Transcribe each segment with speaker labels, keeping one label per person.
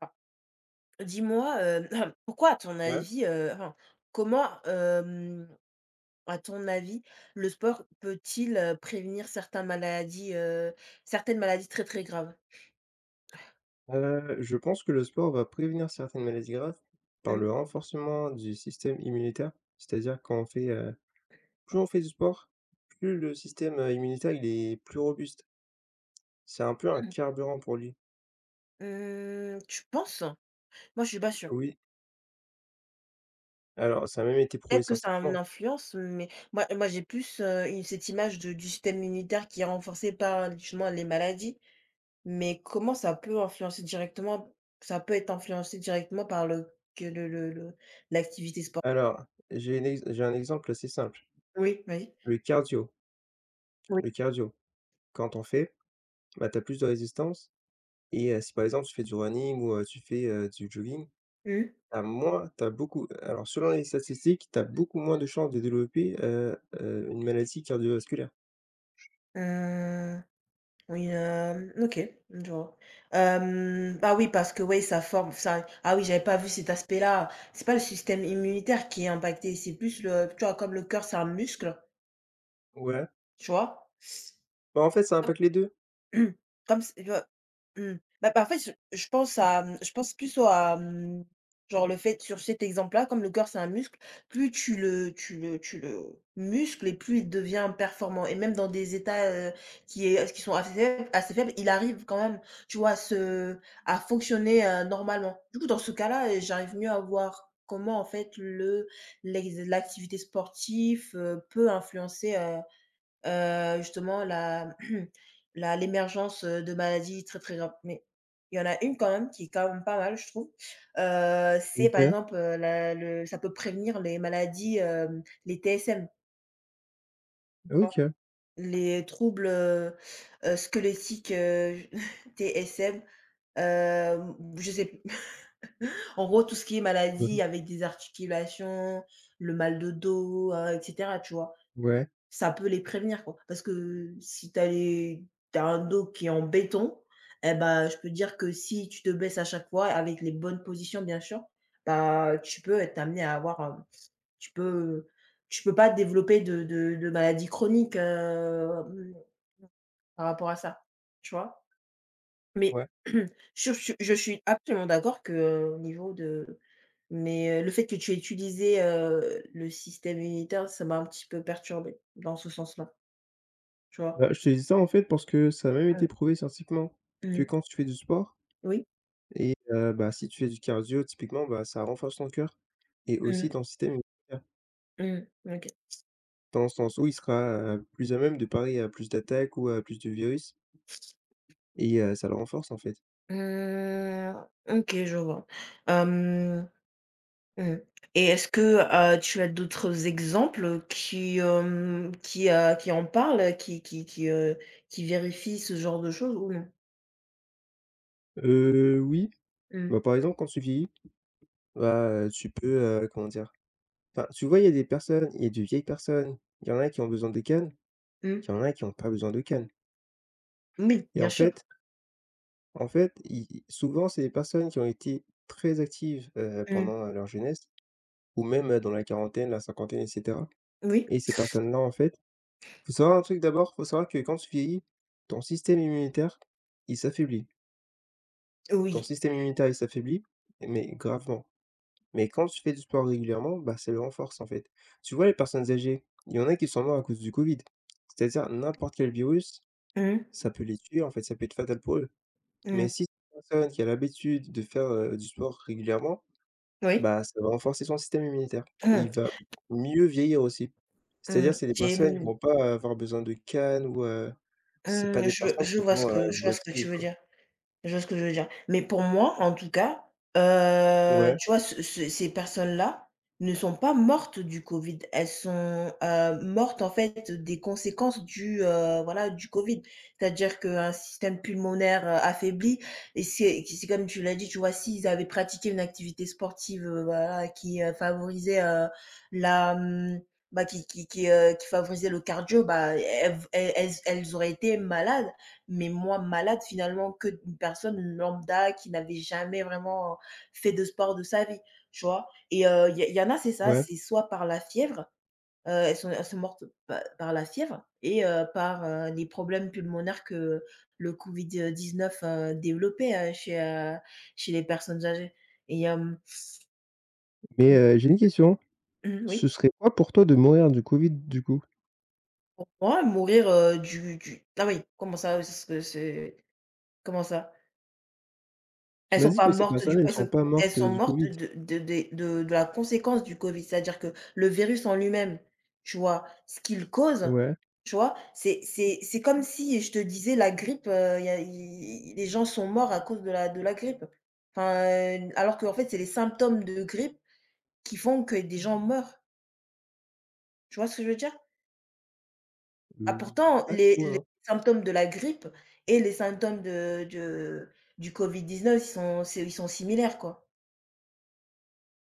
Speaker 1: Ah, dis-moi, pourquoi à ton
Speaker 2: Ouais,
Speaker 1: avis, enfin, comment, à ton avis, le sport peut-il, prévenir certaines maladies très, très graves?
Speaker 2: je pense que le sport va prévenir certaines maladies graves par
Speaker 1: Mmh.
Speaker 2: le renforcement du système immunitaire. C'est-à-dire quand on fait, plus on fait du sport, plus le système, immunitaire, il est plus robuste. C'est un peu un
Speaker 1: Mh.
Speaker 2: carburant pour lui.
Speaker 1: Mmh, tu penses? Moi, je suis pas sûre.
Speaker 2: Oui, alors ça a même été prouvé
Speaker 1: Peut-être que ça a une
Speaker 2: scientifiquement.
Speaker 1: influence, mais moi, j'ai plus, une cette image de du système immunitaire qui est renforcé par justement les maladies. Mais comment ça peut être influencé directement par le que le l'activité sportive.
Speaker 2: Alors, j'ai une ex j'ai un exemple assez simple,
Speaker 1: Oui, vas-y.
Speaker 2: le cardio. Le cardio, quand on fait, bah, tu as plus de résistance et si par exemple tu fais du running ou tu fais, du jogging.
Speaker 1: Mmh.
Speaker 2: Tu as moins tu beaucoup Alors selon les statistiques, t'as beaucoup moins de chances de développer, une maladie cardiovasculaire.
Speaker 1: Heu, oui, OK, je vois. Bah, oui, parce que, ouais, ça forme ça ah oui, j'avais pas vu cet aspect-là. C'est pas le système immunitaire qui est impacté, c'est plus le tu vois, comme le cœur, c'est un muscle,
Speaker 2: Ouais.
Speaker 1: tu vois?
Speaker 2: Bah, en fait, ça impacte les 2.
Speaker 1: Mmh. Comme c Mmh, bah, en fait, je je pense plus au à, mmh, genre le fait sur cet exemple-là, comme le corps c'est un muscle, plus tu le muscles et plus il devient performant et même dans des états, qui sont assez faibles, il arrive quand même, tu vois, à fonctionner, normalement. Du coup, dans ce cas-là, j'arrive mieux à voir comment en fait le l'ex l'activité sportive, peut influencer, justement la la l'émergence, de maladies très, très graves. Mais il y en a une quand même qui est quand même pas mal, je trouve. C'est par
Speaker 2: OK,
Speaker 1: exemple, la le ça peut prévenir les maladies, les TSM. Bon.
Speaker 2: OK.
Speaker 1: Les troubles, squelettiques, TSM, je sais plus. En gros, tout ce qui est
Speaker 2: Mmh.
Speaker 1: maladie avec des articulations, le mal de dos, et cetera, tu vois?
Speaker 2: Ouais,
Speaker 1: Ça peut les prévenir quoi, parce que si tu as les t'as un dos qui est en béton, eh ben je peux dire que si tu te baisses à chaque fois avec les bonnes positions bien sûr, bah, tu peux être amené à avoir, tu peux tu peux pas développer de maladies chroniques, par rapport à ça, tu vois? Mais
Speaker 2: ouais.
Speaker 1: je suis absolument d'accord que, au niveau de mais, le fait que tu aies utilisé, le système immunitaire, ça m'a un petit peu perturbée dans ce sens-là, tu vois?
Speaker 2: Bah, je te dis ça, en fait, parce que ça a même été prouvé scientifiquement que
Speaker 1: Mmh.
Speaker 2: quand tu fais du sport
Speaker 1: Oui.
Speaker 2: et bah, si tu fais du cardio typiquement, bah, ça renforce ton cœur et aussi
Speaker 1: Mmh.
Speaker 2: ton système immunitaire.
Speaker 1: Mmh. OK.
Speaker 2: Dans le sens où il sera, plus à même de parer à plus d'attaques ou à plus de virus. Et ça le renforce, en fait.
Speaker 1: Mmh. OK, je vois. Hem, mmh Et est-ce que, tu as d'autres exemples qui en parlent, qui vérifient ce genre de choses ou non?
Speaker 2: Oui,
Speaker 1: Mmh.
Speaker 2: bah, par exemple, quand tu vieillis, bah, tu peux, comment dire? Enfin, tu vois, il y a de vieilles personnes, il y en a qui ont besoin de cannes, il
Speaker 1: Mmh.
Speaker 2: y en a qui ont pas besoin de cannes.
Speaker 1: Oui,
Speaker 2: Et
Speaker 1: bien sûr.
Speaker 2: en fait, i souvent, c'est des personnes qui ont été très actives,
Speaker 1: Mmh.
Speaker 2: pendant, leur jeunesse ou même, dans la quarantaine, la cinquantaine et cetera,
Speaker 1: Oui.
Speaker 2: et ces personnes-là, en fait, faut savoir un truc d'abord, faut savoir que quand tu vieillis, ton système immunitaire, il s'affaiblit. Ton
Speaker 1: Oui.
Speaker 2: système immunitaire, il s'affaiblit, mais gravement. Mais quand tu fais du sport régulièrement, bah, ça le renforce, en fait. Tu vois, les personnes âgées, il y en a qui sont morts à cause du COVID. C'est-à-dire n'importe quel virus,
Speaker 1: Mmh.
Speaker 2: ça peut les tuer, en fait, ça peut être fatal pour eux. Mais
Speaker 1: Mmh.
Speaker 2: si c'est une personne qui a l'habitude de faire, du sport régulièrement,
Speaker 1: Oui.
Speaker 2: bah, ça va renforcer son système immunitaire et
Speaker 1: Mmh.
Speaker 2: il va mieux vieillir aussi. C'est-à-dire, c'est des
Speaker 1: J'ai,
Speaker 2: personnes qui
Speaker 1: mmh,
Speaker 2: vont pas avoir besoin de canne ou c'est pas
Speaker 1: mmh,
Speaker 2: des personnes
Speaker 1: je
Speaker 2: qui
Speaker 1: vois ce
Speaker 2: vont,
Speaker 1: que je vois ce que tu
Speaker 2: boitiller
Speaker 1: veux
Speaker 2: quoi.
Speaker 1: dire. Tu vois ce que je veux dire? Mais pour moi, en tout cas,
Speaker 2: Ouais,
Speaker 1: tu vois, ce ce ces personnes-là ne sont pas mortes du Covid. Elles sont, mortes, en fait, des conséquences voilà, du Covid. C'est-à-dire qu'un système pulmonaire, affaibli et c'est comme tu l'as dit, tu vois, s'ils avaient pratiqué une activité sportive, voilà, qui, favorisait, la, mmh, bah, qui favorisait le cardio, bah, elles auraient été malades mais moins malade finalement que une personne lambda qui n'avait jamais vraiment fait de sport de sa vie, tu vois? Et il y en a, c'est ça,
Speaker 2: ouais.
Speaker 1: c'est soit par la fièvre, elles sont mortes pa par la fièvre et par, les problèmes pulmonaires que le Covid, 19, développait, chez les personnes âgées et hem
Speaker 2: Mais, j'ai une question,
Speaker 1: Mmh, oui,
Speaker 2: ce serait quoi pour toi de mourir du Covid, du coup?
Speaker 1: pour moi, mourir, du ah oui, comment ça? Parce que c'est comment ça?
Speaker 2: Tu
Speaker 1: Elles
Speaker 2: m'as
Speaker 1: sont
Speaker 2: dit
Speaker 1: pas
Speaker 2: que ces
Speaker 1: mortes
Speaker 2: personnes,
Speaker 1: du
Speaker 2: elles sont pas
Speaker 1: elles
Speaker 2: mortes,
Speaker 1: sont
Speaker 2: du
Speaker 1: mortes
Speaker 2: Covid?
Speaker 1: de des de la conséquence du Covid. C'est-à-dire que le virus en lui-même, tu vois? Ce qu'il cause,
Speaker 2: Ouais.
Speaker 1: tu vois? C'est comme si je te disais la grippe, il y a i les gens sont morts à cause de la grippe. Enfin, alors qu'en fait, c'est les symptômes de grippe qui font que des gens meurent. Tu vois ce que je veux dire? Ah
Speaker 2: Mmh,
Speaker 1: pourtant,
Speaker 2: pas
Speaker 1: les
Speaker 2: trop
Speaker 1: les
Speaker 2: non.
Speaker 1: symptômes de la grippe et les symptômes de du Covid-19, ils sont similaires, quoi.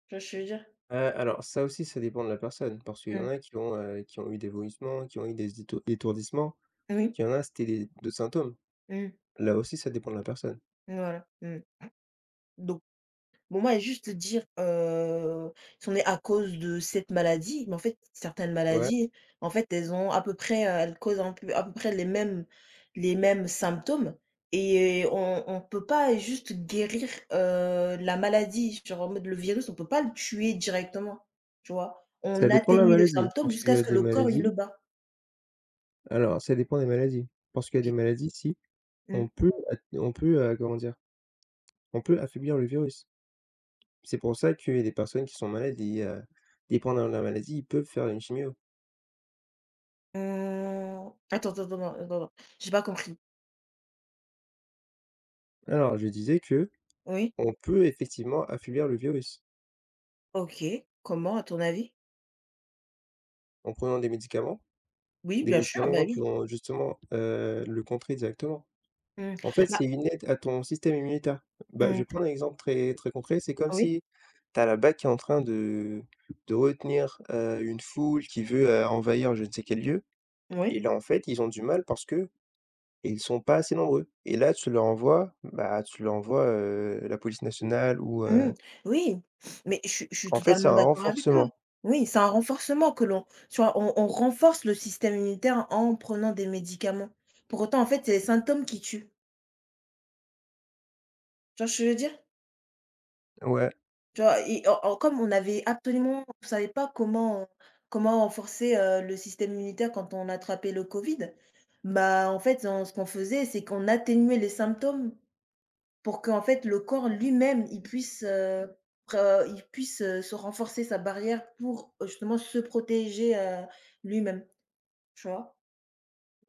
Speaker 1: Tu vois ce que je veux dire?
Speaker 2: Alors ça aussi, ça dépend de la personne parce qu'il y en
Speaker 1: Mmh.
Speaker 2: a qui ont eu des vomissements, qui ont eu des étourdissements,
Speaker 1: Oui.
Speaker 2: il y en a, c'était des d'autres symptômes.
Speaker 1: Mmh.
Speaker 2: Là aussi, ça dépend de la personne.
Speaker 1: Voilà, mmh. Donc, bon, moi, juste te dire, si on est à cause de cette maladie, mais en fait, certaines
Speaker 2: Ouais.
Speaker 1: maladies, en fait, elles causent un peu à peu près les mêmes symptômes et on peut pas juste guérir, la maladie. Genre, en mode, le virus, on peut pas le tuer directement, tu vois?
Speaker 2: Ça
Speaker 1: On
Speaker 2: dépend de la
Speaker 1: atténue le
Speaker 2: maladie,
Speaker 1: symptôme
Speaker 2: parce qu'il y
Speaker 1: jusqu'à ce
Speaker 2: a
Speaker 1: que
Speaker 2: des
Speaker 1: le corps, il
Speaker 2: maladies,
Speaker 1: le bat.
Speaker 2: ça dépend des maladies, parce qu'il y a des
Speaker 1: OK.
Speaker 2: maladies, si,
Speaker 1: Mmh.
Speaker 2: on peut, comment dire? On peut affaiblir le virus. C'est pour ça qu'il y a des personnes qui sont malades et dépendant de la maladie, ils peuvent faire une chimio.
Speaker 1: Mmh. Attends, attends, attends, attends, attends. J'ai pas compris.
Speaker 2: Alors je disais que
Speaker 1: Oui?
Speaker 2: on peut effectivement affaiblir le virus
Speaker 1: OK. Comment, à ton avis?
Speaker 2: en prenant
Speaker 1: Oui,
Speaker 2: des
Speaker 1: bien sûr, bah,
Speaker 2: médicaments qui
Speaker 1: oui.
Speaker 2: vont justement, le contrer directement.
Speaker 1: Mmh.
Speaker 2: En fait,
Speaker 1: Bah,
Speaker 2: c'est une aide à ton système immunitaire. Bah, je
Speaker 1: mmh,
Speaker 2: vais prendre un exemple très très concret. C'est comme
Speaker 1: oui,
Speaker 2: si tu as la BAC qui est en train de retenir, une foule qui veut, envahir je ne sais quel lieu
Speaker 1: oui,
Speaker 2: et là, en fait, ils ont du mal parce que ils sont pas assez nombreux et là, tu leur envoies, bah, tu leur envoies, la police nationale ou,
Speaker 1: mmh, oui, mais je suis
Speaker 2: en fait, c'est
Speaker 1: totalement
Speaker 2: un
Speaker 1: d'accord avec toi.
Speaker 2: renforcement.
Speaker 1: Oui, c'est un renforcement que l'on tu vois, on renforce le système immunitaire en prenant des médicaments. Pour autant, en fait, c'est les symptômes qui tuent. Tu vois ce que je veux dire?
Speaker 2: Ouais,
Speaker 1: Tu vois? Et en en comme on avait absolument on savait pas comment renforcer, le système immunitaire quand on attrapait le Covid, bah, en fait, on ce qu'on faisait, c'est qu'on atténuait les symptômes. Pour qu'en fait le corps lui-même, pre il puisse, se renforcer sa barrière pour, justement se protéger, lui-même, tu vois?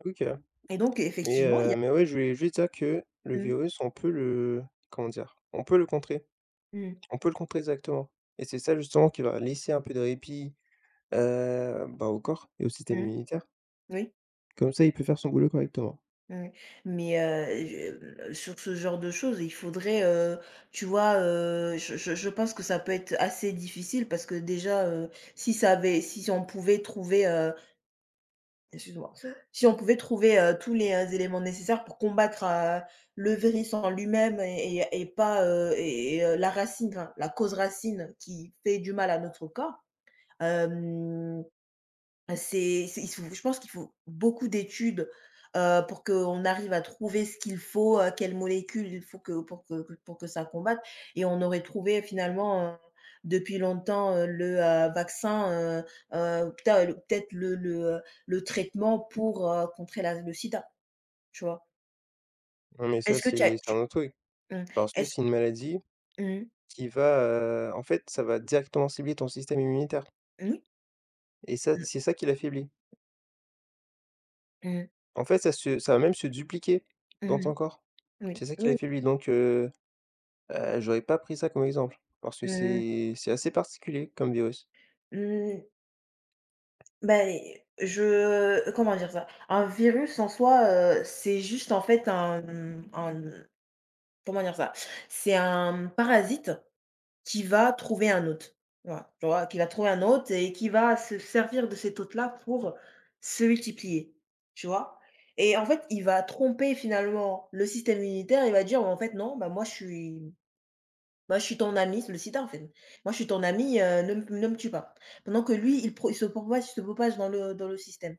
Speaker 2: OK.
Speaker 1: Et donc effectivement, il y a
Speaker 2: Mais ouais, je voulais juste dire que le
Speaker 1: mmh,
Speaker 2: virus, on peut le comment dire? On peut le contrer.
Speaker 1: mmh,
Speaker 2: On peut le contrer, exactement, et c'est ça, justement, qui va laisser un peu de répit bah, au corps et au système
Speaker 1: mmh,
Speaker 2: immunitaire.
Speaker 1: oui,
Speaker 2: Comme ça, il peut faire son boulot correctement.
Speaker 1: oui, mais je sur ce genre de choses, il faudrait, tu vois, je pense que ça peut être assez difficile parce que déjà, si ça avait si on pouvait trouver, Excuse-moi. Si on pouvait trouver, tous les, éléments nécessaires pour combattre, le virus en lui-même et pas, la racine, enfin la cause racine qui fait du mal à notre corps, euh, c'est il faut je pense qu'il faut beaucoup d'études, pour qu'on arrive à trouver ce qu'il faut, quelle molécule il faut que pour que ça combatte et on aurait trouvé finalement, depuis longtemps, le, vaccin, heu putain le peut-être le traitement pour, contrer la le sida, tu vois?
Speaker 2: Non, mais ça,
Speaker 1: Est-ce que tu as
Speaker 2: c'est un
Speaker 1: tu
Speaker 2: autre truc.
Speaker 1: Mmh,
Speaker 2: Parce que
Speaker 1: est-ce
Speaker 2: c'est une maladie
Speaker 1: mmh,
Speaker 2: qui va, en fait, ça va directement cibler ton système immunitaire
Speaker 1: oui,
Speaker 2: et ça,
Speaker 1: mmh,
Speaker 2: c'est ça qui l'affaiblit.
Speaker 1: mmh,
Speaker 2: En fait, ça va même se dupliquer dans
Speaker 1: mmh
Speaker 2: ton corps.
Speaker 1: oui,
Speaker 2: C'est ça qui
Speaker 1: oui,
Speaker 2: l'affaiblit donc j'aurais pas pris ça comme exemple, parce que
Speaker 1: mmh, mmh.
Speaker 2: c'est assez particulier comme virus.
Speaker 1: Mmh, ben je comment dire ça? Un virus en soi, c'est juste en fait comment dire ça? C'est un parasite qui va trouver un hôte. Voilà, tu vois? Qui va trouver un hôte et qui va se servir de cet hôte-là pour se multiplier, tu vois? Et en fait, il va tromper finalement le système immunitaire, il va dire: «Bah, «En fait non, bah moi je suis». Moi, je suis ton ami c'est le sida, en fait. Moi, je suis ton ami ne me tue pas. Pendant que lui, il se propage dans le système.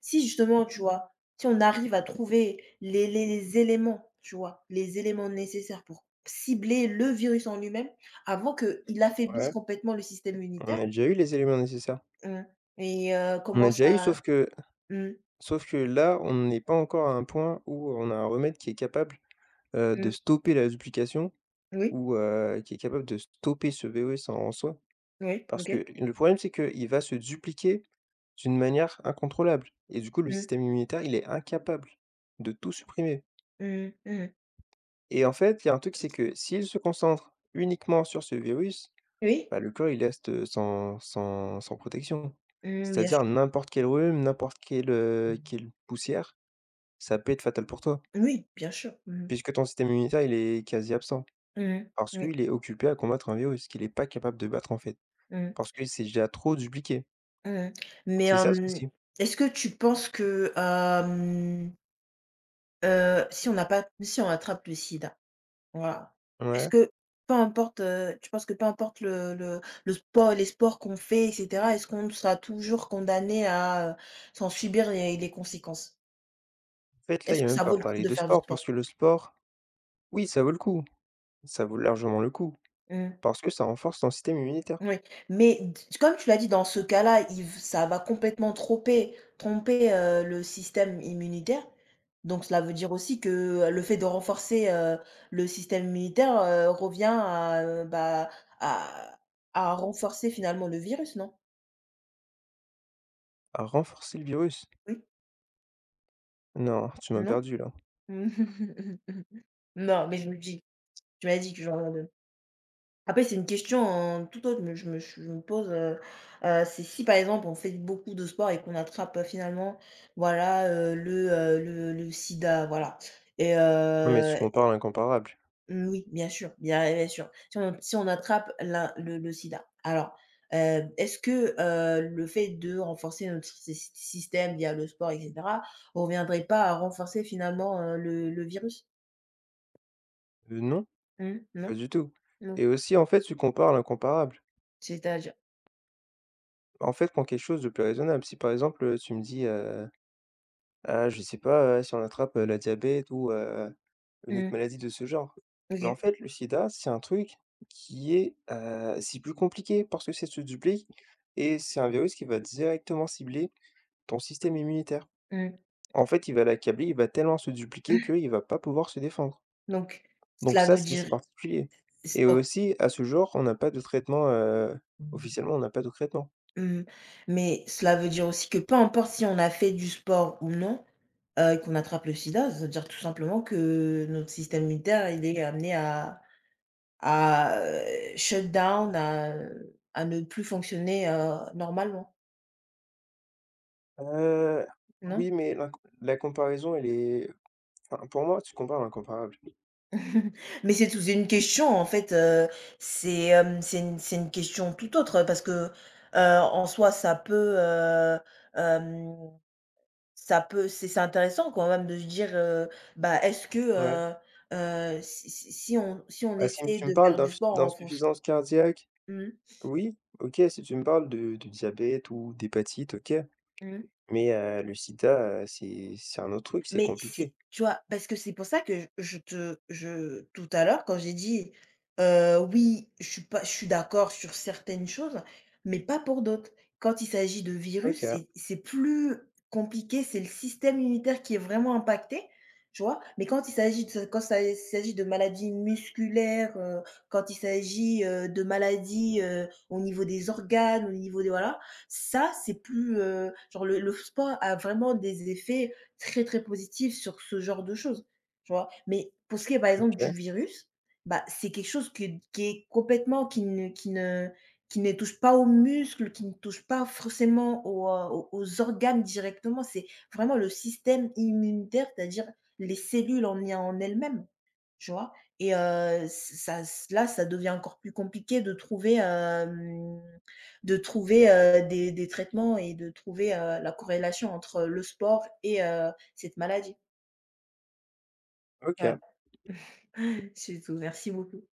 Speaker 1: Si justement, tu vois, si on arrive à trouver les éléments, tu vois, les éléments nécessaires pour cibler le virus en lui-même, avant qu'il affaiblisse
Speaker 2: Ouais,
Speaker 1: complètement le système
Speaker 2: on
Speaker 1: immunitaire,
Speaker 2: a déjà eu les éléments nécessaires.
Speaker 1: mmh et
Speaker 2: On a
Speaker 1: commence
Speaker 2: déjà eu,
Speaker 1: à
Speaker 2: sauf que
Speaker 1: mmh,
Speaker 2: là, on n'est pas encore à un point où on a un remède qui est capable, de
Speaker 1: mmh,
Speaker 2: stopper la duplication
Speaker 1: oui,
Speaker 2: ou, qui est capable de stopper ce virus en en soi.
Speaker 1: oui,
Speaker 2: Parce
Speaker 1: OK.
Speaker 2: que le problème, c'est qu'il va se dupliquer d'une manière incontrôlable et du coup, le
Speaker 1: Mmh,
Speaker 2: système immunitaire, il est incapable de tout supprimer,
Speaker 1: mmh, mmh.
Speaker 2: et en fait, il y a un truc, c'est que s'il se concentre uniquement sur ce virus,
Speaker 1: Oui,
Speaker 2: bah, le corps, il reste, sans protection.
Speaker 1: mmh, bien
Speaker 2: C'est-à-dire
Speaker 1: sûr.
Speaker 2: n'importe quel rhume, n'importe quelle, quelle poussière, ça peut être fatal pour toi
Speaker 1: Oui, bien sûr. Mmh. Mh.
Speaker 2: puisque ton système immunitaire, il est quasi absent
Speaker 1: Mmh.
Speaker 2: parce
Speaker 1: Oui.
Speaker 2: qu'il est occupé à combattre un virus qu'il n'est pas capable de battre, en fait,
Speaker 1: Mmh.
Speaker 2: parce que c'est déjà trop dupliqué.
Speaker 1: Mmh. Mais,
Speaker 2: C'est ça le souci.
Speaker 1: est-ce que tu penses que, si on attrape le sida, voilà, est-ce
Speaker 2: Ouais.
Speaker 1: que peu importe, tu penses que peu importe le sport les sports qu'on fait et cetera, est-ce qu'on sera toujours condamné à, sans subir les conséquences?
Speaker 2: En fait, là, il y
Speaker 1: Est-ce
Speaker 2: a
Speaker 1: que
Speaker 2: même
Speaker 1: ça
Speaker 2: pas à
Speaker 1: vaut le coup
Speaker 2: parler
Speaker 1: de
Speaker 2: de
Speaker 1: faire du
Speaker 2: sport
Speaker 1: sport?
Speaker 2: parce que le sport, oui, ça vaut le coup, ça vaut largement le coup
Speaker 1: Mmh.
Speaker 2: parce que ça renforce ton système immunitaire.
Speaker 1: Oui, mais d comme tu l'as dit, dans ce cas-là, il v ça va complètement tromper, le système immunitaire. Donc cela veut dire aussi que, le fait de renforcer, le système immunitaire, revient à, bah, à à renforcer finalement le virus, non?
Speaker 2: À renforcer le virus?
Speaker 1: Oui?
Speaker 2: Non, tu m'as
Speaker 1: Non?
Speaker 2: perdu là.
Speaker 1: Non, mais je me dis, tu m'as dit que j'en Après, c'est une question, hein, tout autre, mais je me pose, c'est si, par exemple, on fait beaucoup de sport et qu'on attrape, finalement, voilà, le, sida, voilà et
Speaker 2: Non, mais tu compares l'incomparable.
Speaker 1: mmh, oui, bien sûr, bien bien sûr. Si on attrape la le sida, alors, est-ce que, le fait de renforcer notre sy sy système via le sport et cetera, on reviendrait pas à renforcer finalement, le virus?
Speaker 2: Non,
Speaker 1: Mmh, non?
Speaker 2: pas du tout,
Speaker 1: Non,
Speaker 2: et aussi, en fait, tu compares l'incomparable.
Speaker 1: c'est-à-dire?
Speaker 2: En fait, prends quelque chose de plus raisonnable. Si, par exemple, tu me dis, je sais pas, si on attrape, le diabète ou, une autre
Speaker 1: Mmh,
Speaker 2: maladie de ce genre. Mais en
Speaker 1: OK.
Speaker 2: fait, le sida, c'est un truc qui est, c'est plus compliqué parce que c'est se duplique et c'est un virus qui va directement cibler ton système immunitaire.
Speaker 1: Mmh.
Speaker 2: En fait, il va l'accabler, il va tellement se dupliquer qu'il va pas pouvoir se défendre.
Speaker 1: Donc
Speaker 2: Donc
Speaker 1: cela
Speaker 2: ça,
Speaker 1: veut
Speaker 2: c'est
Speaker 1: dire
Speaker 2: particulier. Et
Speaker 1: stop.
Speaker 2: aussi, à ce jour, on n'a pas de traitement, officiellement, on n'a pas de traitement.
Speaker 1: Mmh. Mais cela veut dire aussi que peu importe si on a fait du sport ou non, et qu'on attrape le sida, ça veut dire tout simplement que notre système immunitaire, il est amené à à, heu, shut down, à ne plus fonctionner, normalement,
Speaker 2: Heu,
Speaker 1: non?
Speaker 2: oui, mais la comparaison, elle est enfin, pour moi, tu compares l'incomparable.
Speaker 1: Mais c'est une question en fait, c'est une question tout autre, parce que, en soi ça peut, hem Ça peut C'est intéressant quand même de se dire, bah, est-ce que,
Speaker 2: Ouais.
Speaker 1: heu si on
Speaker 2: Ah, si
Speaker 1: essaie
Speaker 2: tu me
Speaker 1: de
Speaker 2: parles
Speaker 1: faire du sport en fonction
Speaker 2: d'insuffisance cardiaque,
Speaker 1: mmh
Speaker 2: oui, OK. Si tu me parles de diabète ou d'hépatite, OK.
Speaker 1: mh.
Speaker 2: Mais le sida, c'est un autre truc, c'est
Speaker 1: Mais c'est
Speaker 2: compliqué.
Speaker 1: tu vois? Parce que c'est pour ça que je te je tout à l'heure quand j'ai dit: «Oui, je suis pas je suis d'accord sur certaines choses, mais pas pour d'autres». Quand il s'agit de
Speaker 2: OK,
Speaker 1: virus, c'est plus compliqué, c'est le système immunitaire qui est vraiment impacté, tu vois? Mais quand il s'agit de quand ça il s'agit de maladies musculaires, quand il s'agit, de maladies, au niveau des organes, au niveau des voilà, ça c'est plus, genre le sport a vraiment des effets très, très positive sur ce genre de choses, tu vois? Mais pour ce qui est, par exemple, du
Speaker 2: OK,
Speaker 1: virus, bah, c'est quelque chose que qui est complètement qui ne touche pas aux muscles, qui ne touche pas forcément aux organes directement. C'est vraiment le système immunitaire, c'est-à-dire les cellules en elles-mêmes, tu vois? Et ça là, ça devient encore plus compliqué de trouver, hem de trouver des traitements et de trouver, la corrélation entre le sport et cette maladie. Voilà.
Speaker 2: OK.
Speaker 1: Mmh. C'est tout. Merci beaucoup.